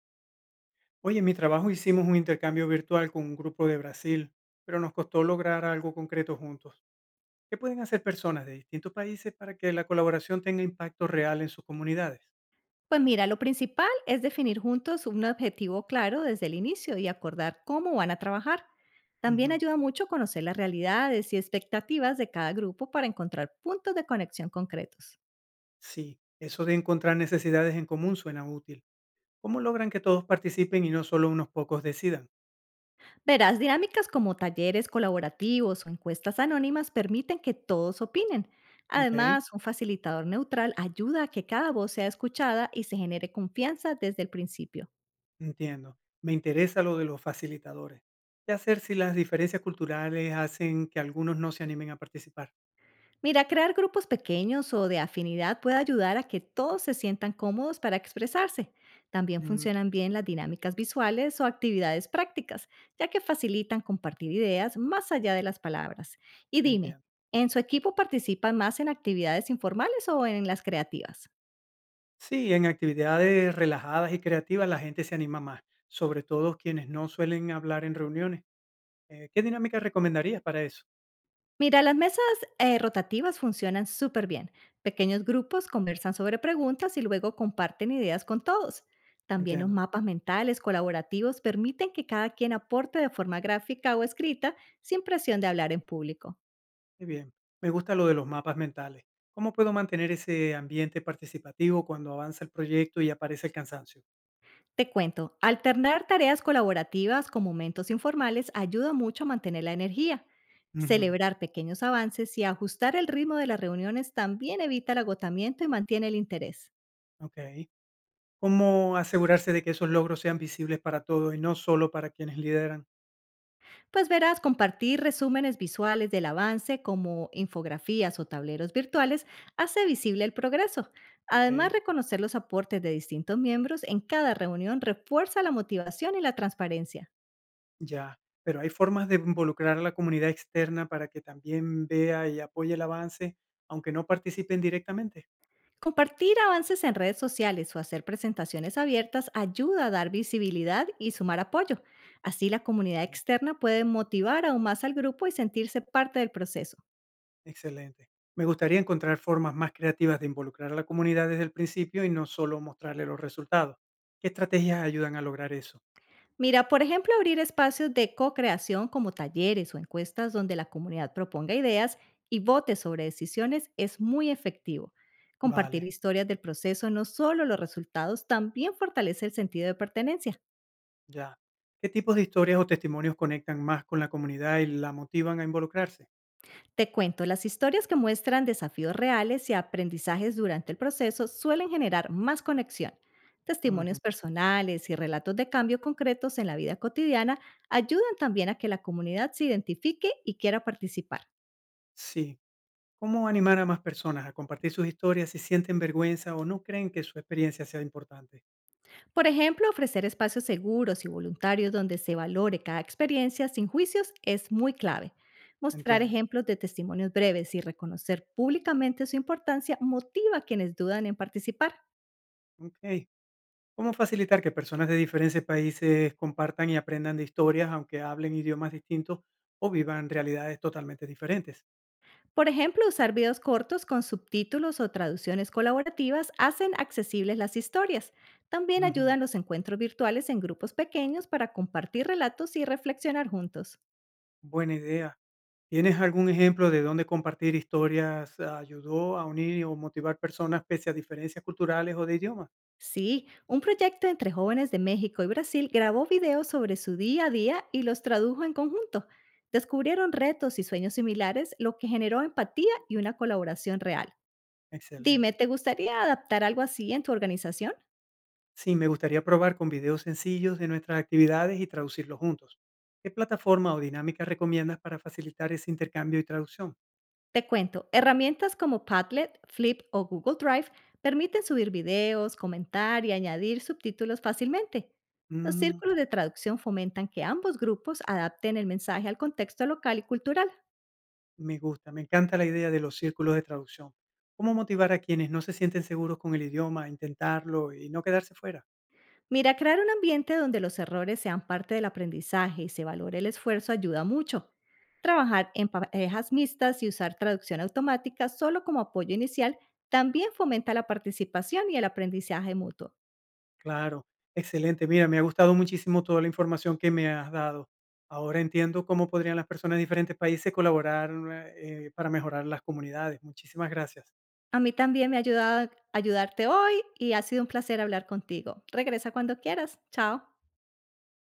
Oye, en mi trabajo hicimos un intercambio virtual con un grupo de Brasil, pero nos costó lograr algo concreto juntos. ¿Qué pueden hacer personas de distintos países para que la colaboración tenga impacto real en sus comunidades? Pues mira, lo principal es definir juntos un objetivo claro desde el inicio y acordar cómo van a trabajar. También Ujú. ayuda mucho conocer las realidades y expectativas de cada grupo para encontrar puntos de conexión concretos. Sí, eso de encontrar necesidades en común suena útil. ¿Cómo logran que todos participen y no solo unos pocos decidan? Verás, dinámicas como talleres colaborativos o encuestas anónimas permiten que todos opinen. Ok, Además, un facilitador neutral ayuda a que cada voz sea escuchada y se genere confianza desde el principio. entiendo. Me interesa lo de los facilitadores. ¿Qué hacer si las diferencias culturales hacen que algunos no se animen a participar? Mira, crear grupos pequeños o de afinidad puede ayudar a que todos se sientan cómodos para expresarse. También Mm, funcionan bien las dinámicas visuales o actividades prácticas, ya que facilitan compartir ideas más allá de las palabras. Y dime, entiendo. ¿en su equipo participan más en actividades informales o en las creativas? Sí, en actividades relajadas y creativas la gente se anima más, sobre todo quienes no suelen hablar en reuniones. ¿Qué dinámica recomendarías para eso? Mira, las mesas rotativas funcionan súper bien. Pequeños grupos conversan sobre preguntas y luego comparten ideas con todos. También los Entiendo. mapas mentales colaborativos permiten que cada quien aporte de forma gráfica o escrita sin presión de hablar en público. Muy bien. Me gusta lo de los mapas mentales. ¿Cómo puedo mantener ese ambiente participativo cuando avanza el proyecto y aparece el cansancio? Te cuento, alternar tareas colaborativas con momentos informales ayuda mucho a mantener la energía. Ujú. Celebrar pequeños avances y ajustar el ritmo de las reuniones también evita el agotamiento y mantiene el interés. Ok. ¿Cómo asegurarse de que esos logros sean visibles para todos y no solo para quienes lideran? Pues verás, compartir resúmenes visuales del avance como infografías o tableros virtuales hace visible el progreso. Además, Ok. reconocer los aportes de distintos miembros en cada reunión refuerza la motivación y la transparencia. Ya, pero hay formas de involucrar a la comunidad externa para que también vea y apoye el avance, aunque no participen directamente. Compartir avances en redes sociales o hacer presentaciones abiertas ayuda a dar visibilidad y sumar apoyo. Así la comunidad Ok, externa puede motivar aún más al grupo y sentirse parte del proceso. excelente. Me gustaría encontrar formas más creativas de involucrar a la comunidad desde el principio y no solo mostrarle los resultados. ¿Qué estrategias ayudan a lograr eso? Mira, por ejemplo, abrir espacios de co-creación como talleres o encuestas donde la comunidad proponga ideas y vote sobre decisiones es muy efectivo. Compartir Vale, historias del proceso, no solo los resultados, también fortalece el sentido de pertenencia. ya. ¿Qué tipos de historias o testimonios conectan más con la comunidad y la motivan a involucrarse? Te cuento, las historias que muestran desafíos reales y aprendizajes durante el proceso suelen generar más conexión. Testimonios Ujú. personales y relatos de cambio concretos en la vida cotidiana ayudan también a que la comunidad se identifique y quiera participar. Sí. ¿Cómo animar a más personas a compartir sus historias si sienten vergüenza o no creen que su experiencia sea importante? Por ejemplo, ofrecer espacios seguros y voluntarios donde se valore cada experiencia sin juicios es muy clave. Mostrar Entiendo. ejemplos de testimonios breves y reconocer públicamente su importancia motiva a quienes dudan en participar. Ok. ¿Cómo facilitar que personas de diferentes países compartan y aprendan de historias, aunque hablen idiomas distintos o vivan realidades totalmente diferentes? Por ejemplo, usar videos cortos con subtítulos o traducciones colaborativas hacen accesibles las historias. También Ujú, ayudan los encuentros virtuales en grupos pequeños para compartir relatos y reflexionar juntos. buena idea. ¿Tienes algún ejemplo de dónde compartir historias ayudó a unir o motivar personas pese a diferencias culturales o de idioma? Sí, un proyecto entre jóvenes de México y Brasil grabó videos sobre su día a día y los tradujo en conjunto. Descubrieron retos y sueños similares, lo que generó empatía y una colaboración real. Dime, Excelente. ¿te gustaría adaptar algo así en tu organización? Sí, me gustaría probar con videos sencillos de nuestras actividades y traducirlos juntos. ¿Qué plataforma o dinámica recomiendas para facilitar ese intercambio y traducción? Te cuento, herramientas como Padlet, Flip o Google Drive permiten subir videos, comentar y añadir subtítulos fácilmente. Los Mm. círculos de traducción fomentan que ambos grupos adapten el mensaje al contexto local y cultural. Me gusta, me encanta la idea de los círculos de traducción. ¿Cómo motivar a quienes no se sienten seguros con el idioma a intentarlo y no quedarse fuera? Mira, crear un ambiente donde los errores sean parte del aprendizaje y se valore el esfuerzo ayuda mucho. Trabajar en parejas mixtas y usar traducción automática solo como apoyo inicial también fomenta la participación y el aprendizaje mutuo. Claro, excelente. Mira, me ha gustado muchísimo toda la información que me has dado. Ahora entiendo cómo podrían las personas de diferentes países colaborar para mejorar las comunidades. Muchísimas gracias. A mí también me ha ayudado a ayudarte hoy y ha sido un placer hablar contigo. Regresa cuando quieras. Chao.